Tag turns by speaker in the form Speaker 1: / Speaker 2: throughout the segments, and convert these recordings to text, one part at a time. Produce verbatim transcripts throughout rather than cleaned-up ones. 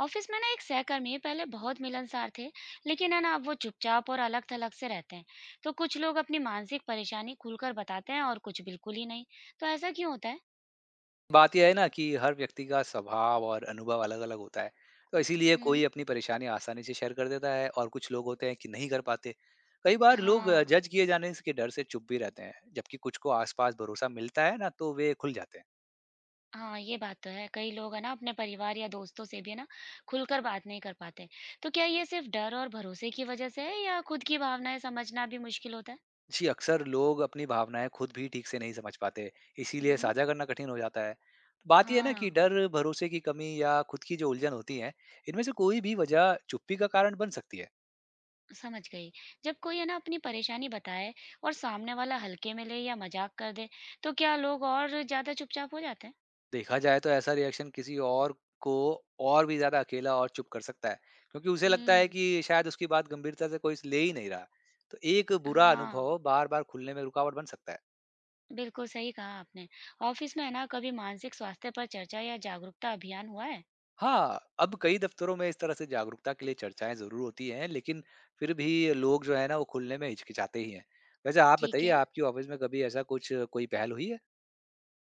Speaker 1: Office में ना एक सहकर्मी पहले बहुत मिलनसार थे। लेकिन है ना अब वो चुपचाप और अलग थलग से रहते हैं। तो कुछ लोग अपनी मानसिक परेशानी खुलकर बताते हैं और कुछ बिल्कुल ही नहीं। तो ऐसा क्यों होता है?
Speaker 2: बात यह है ना कि हर व्यक्ति का स्वभाव और अनुभव अलग-अलग होता है। तो इसीलिए
Speaker 1: हम्म।
Speaker 2: कोई अपनी परेशानी आसानी से शेयर कर देता है और कुछ लोग होते हैं कि नहीं कर पाते। कई बार लोग अ,
Speaker 1: हाँ,
Speaker 2: जज किए जाने स के डर से चुप भी रहते हैं, जबकि कुछ को आस-पास भरोसा मिलता है ना तो वे खुल जाते हैं।
Speaker 1: हाँ ये बात तो है। कई लोग है ना अपने परिवार या दोस्तों से भी है ना खुलकर बात नहीं कर पाते। तो क्या ये सिर्फ डर और भरोसे की वजह से है या खुद की भावनाएं समझना भी मुश्किल होता है?
Speaker 2: जी, अक्सर लोग अपनी भावनाएँ खुद भी ठीक से नहीं समझ पाते, इसीलिए
Speaker 1: हम्म।
Speaker 2: साझा करना कठिन हो जाता है। बात ये है ना कि
Speaker 1: हाँ,
Speaker 2: डर, भरोसे की कमी या खुद की जो उलझन होती है, इनमें से कोई भी वजह चुप्पी का कारण बन सकती है।
Speaker 1: समझ गई। जब कोई है ना अपनी परेशानी बताए और सामने वाला हल्के में ले या मजाक कर दे, तो क्या लोग और ज़्यादा चुपचाप हो जाते हैं?
Speaker 2: देखा जाए तो ऐसा रिएक्शन किसी और को और भी ज्यादा अकेला और चुप कर सकता है क्योंकि उसे लगता है
Speaker 1: हम्म।
Speaker 2: कि शायद उसकी बात गंभीरता से कोई ले ही नहीं रहा। तो एक बुरा
Speaker 1: हाँ,
Speaker 2: अनुभव बार बार खुलने में रुकावट बन सकता है।
Speaker 1: बिल्कुल सही कहा आपने। ऑफिस में है ना कभी मानसिक स्वास्थ्य पर चर्चा या जागरूकता अभियान हुआ है?
Speaker 2: हाँ, अब कई दफ्तरों में इस तरह से जागरूकता के लिए चर्चाएं जरूर होती हैं, लेकिन फिर भी लोग जो है ना वो खुलने में हिचकिचाते ही हैं। वैसे आप
Speaker 1: ठीक
Speaker 2: बताइए,
Speaker 1: है।
Speaker 2: आपकी ऑफिस में कभी ऐसा कुछ कोई पहल हुई है?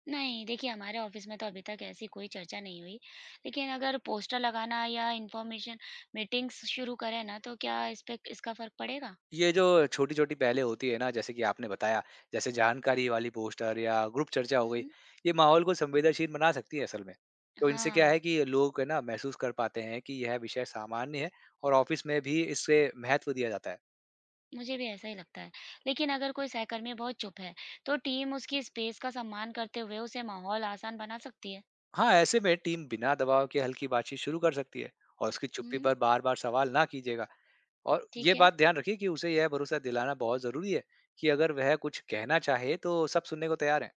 Speaker 1: नहीं, देखिए हमारे ऑफिस में तो अभी तक ऐसी कोई चर्चा नहीं हुई। लेकिन अगर पोस्टर लगाना या इन्फॉर्मेशन मीटिंग्स शुरू करें ना, तो क्या इस पे इसका फर्क पड़ेगा?
Speaker 2: ये जो छोटी-छोटी पहलें होती है ना, जैसे कि आपने बताया, जैसे जानकारी वाली पोस्टर या ग्रुप चर्चा हो गई,
Speaker 1: हम्म।
Speaker 2: ये माहौल को संवेदनशील बना सकती है असल में। तो इनसे क्या है
Speaker 1: हाँ,
Speaker 2: कि लोग है ना महसूस कर पाते हैं कि यह विषय सामान्य है और ऑफिस में भी इससे महत्व दिया जाता है।
Speaker 1: मुझे भी ऐसा ही लगता है। लेकिन अगर कोई सहकर्मी बहुत चुप है तो टीम उसकी स्पेस का सम्मान करते हुए उसे माहौल आसान बना सकती है।
Speaker 2: हाँ, ऐसे में टीम बिना दबाव के हल्की बातचीत शुरू कर सकती है और उसकी चुप्पी
Speaker 1: हम्म।
Speaker 2: पर बार-बार सवाल ना कीजिएगा। और ये
Speaker 1: ठीक है।
Speaker 2: बात ध्यान रखिए कि उसे यह भरोसा दिलाना बहुत ज़रूरी है कि अगर वह कुछ कहना चाहे, तो सब सुनने को तैयार हैं।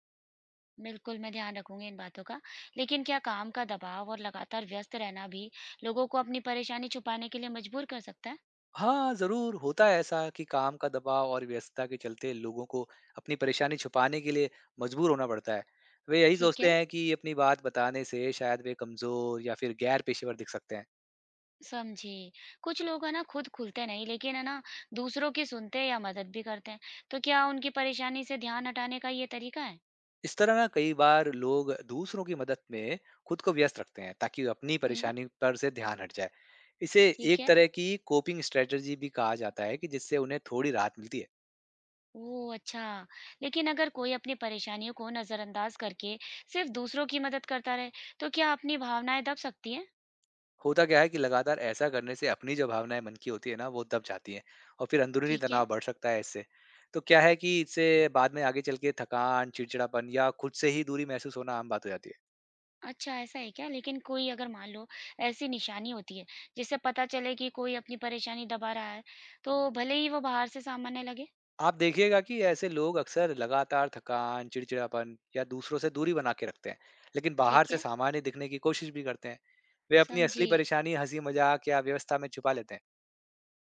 Speaker 1: बिल्कुल मैं ध्यान रखूंगी इन बातों का। लेकिन क्या काम का दबाव और लगातार व्यस्त रहना भी लोगों को अपनी परेशानी छुपाने के लिए मजबूर कर सकता है?
Speaker 2: हाँ, ज़रूर होता है ऐसा कि काम का दबाव और व्यस्तता के चलते लोगों को अपनी परेशानी छुपाने के लिए मजबूर होना पड़ता है। वे यही
Speaker 1: ठीक
Speaker 2: सोचते
Speaker 1: है,
Speaker 2: हैं कि अपनी बात बताने से शायद वे कमज़ोर या फिर गैर पेशेवर दिख सकते हैं।
Speaker 1: समझी। कुछ लोग है ना खुद खुलते नहीं, लेकिन है ना दूसरों की सुनते या मदद भी करते हैं। तो क्या उनकी परेशानी से ध्यान हटाने का ये तरीका है?
Speaker 2: इस तरह ना कई बार लोग दूसरों की मदद में खुद को व्यस्त रखते हैं ताकि अपनी
Speaker 1: हम्म।
Speaker 2: परेशानी पर से ध्यान हट जाए। इसे
Speaker 1: ठीक
Speaker 2: एक
Speaker 1: है।
Speaker 2: तरह की कोपिंग स्ट्रेटजी भी कहा जाता है कि जिससे उन्हें थोड़ी राहत मिलती है।
Speaker 1: ओह! अच्छा। लेकिन अगर कोई अपनी परेशानियों को नज़रअंदाज करके सिर्फ़ दूसरों की मदद करता रहे, तो क्या अपनी भावनाएँ दब सकती हैं?
Speaker 2: होता क्या है कि लगातार ऐसा करने से अपनी जो भावनाएँ मन की होती है ना, वो दब जाती हैं और फिर अंदरूनी
Speaker 1: ठीक
Speaker 2: तनाव
Speaker 1: है।
Speaker 2: बढ़ सकता है इससे। तो क्या है कि इससे बाद में आगे चल के थकान, चिड़चिड़ापन या खुद से ही दूरी महसूस होना आम बात हो जाती है।
Speaker 1: अच्छा, ऐसा है क्या? लेकिन कोई अगर मान लो ऐसी निशानी होती है, जिससे पता चले कि कोई अपनी परेशानी दबा रहा है, तो भले ही वो बाहर से सामान्य लगे?
Speaker 2: आप देखिएगा कि ऐसे लोग अक्सर लगातार थकान, चिड़चिड़ापन या दूसरों से दूरी बना के रखते हैं, लेकिन बाहर
Speaker 1: ठीक
Speaker 2: से
Speaker 1: है,
Speaker 2: सामान्य दिखने की कोशिश भी करते हैं। वे अपनी
Speaker 1: समझी।
Speaker 2: असली परेशानी हँसी-मज़ाक या व्यवस्था में छुपा लेते हैं।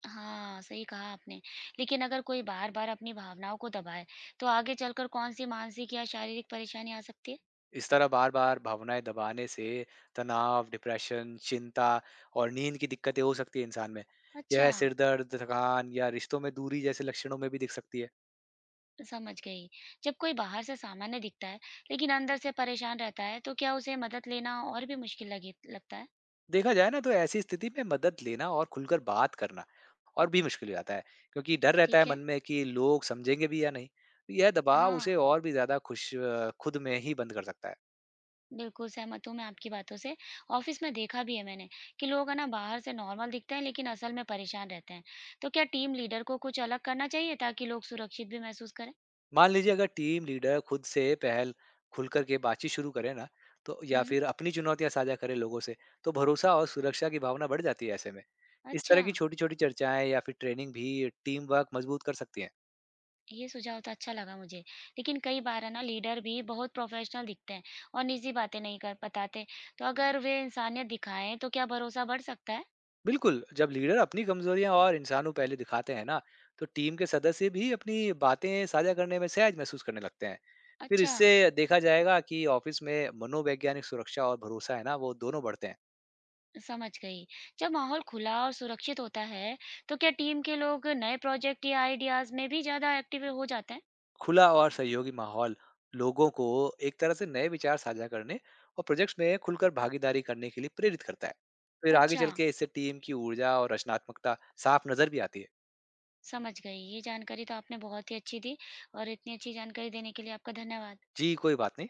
Speaker 1: हाँ, सही कहा आपने। लेकिन अगर कोई बार-बार अपनी भावनाओं को दबाए, तो आगे चलकर कौन-सी मानसिक या शारीरिक परेशानी आ सकती है?
Speaker 2: इस तरह बार-बार भावनाएँ दबाने से तनाव, डिप्रेशन, चिंता और नींद की दिक्कतें हो सकती हैं इंसान में।
Speaker 1: अच्छा।
Speaker 2: यह सिर दर्द, थकान या रिश्तों में दूरी जैसे लक्षणों में भी दिख सकती है।
Speaker 1: समझ गई। जब कोई बाहर से सामान्य दिखता है, लेकिन अंदर से परेशान रहता है, तो क्या उसे मदद लेना और भी मुश्किल लगे लगता है?
Speaker 2: देखा जाए ना तो ऐसी स्थिति में मदद लेना और खुलकर बात करना और भी मुश्किल हो जाता है, क्योंकि डर रहता है
Speaker 1: ठीक है।
Speaker 2: मन में कि लोग समझेंगे भी या नहीं। तो यह दबाव उसे
Speaker 1: हाँ,
Speaker 2: और भी ज़्यादा खुश अ, खुद में ही बंद कर सकता है।
Speaker 1: बिल्कुल सहमत हूँ मैं आपकी बातों से। ऑफिस में देखा भी है मैंने कि लोग है ना बाहर से नॉर्मल दिखते हैं, लेकिन असल में परेशान रहते हैं। तो क्या टीम लीडर को कुछ अलग करना चाहिए ताकि लोग सुरक्षित भी महसूस करें?
Speaker 2: मान लीजिए अगर टीम लीडर खुद से पहल खुलकर के बातचीत शुरू करे ना, तो या
Speaker 1: हुँ।
Speaker 2: फिर अपनी चुनौतियां साझा करे लोगों से, तो भरोसा और सुरक्षा की भावना बढ़ जाती है ऐसे में। इस
Speaker 1: अच्छा।
Speaker 2: तरह की छोटी छोटी चर्चाएं या फिर ट्रेनिंग भी टीम वर्क मजबूत कर सकती हैं।
Speaker 1: ये सुझाव तो अच्छा लगा मुझे। लेकिन कई बार है ना लीडर भी बहुत प्रोफ़ेशनल दिखते हैं और निजी बातें नहीं कर बताते। तो अगर वे इंसानियत दिखाएँ तो क्या भरोसा बढ़ सकता है?
Speaker 2: बिल्कुल, जब लीडर अपनी कमजोरियां और इंसानों पहले दिखाते हैं ना, तो टीम के सदस्य भी अपनी बातें साझा करने में सहज महसूस करने लगते हैं। फिर
Speaker 1: अच्छा,
Speaker 2: इससे देखा जाएगा कि ऑफिस में मनोवैज्ञानिक सुरक्षा और भरोसा है ना वो दोनों बढ़ते हैं।
Speaker 1: समझ गई। जब माहौल खुला और सुरक्षित होता है, तो क्या टीम के लोग नए प्रोजेक्ट या आइडियाज़ में भी ज़्यादा एक्टिव हो जाते हैं?
Speaker 2: खुला और सहयोगी माहौल लोगों को एक तरह से नए विचार साझा करने और प्रोजेक्ट्स में खुलकर भागीदारी करने के लिए प्रेरित करता है। फिर आगे
Speaker 1: अच्छा,
Speaker 2: चल के इससे टीम की ऊर्जा और रचनात्मकता साफ नजर भी आती है।
Speaker 1: समझ गई। ये जानकारी तो आपने बहुत ही अच्छी दी और इतनी अच्छी जानकारी देने के लिए आपका धन्यवाद।
Speaker 2: जी कोई बात नहीं।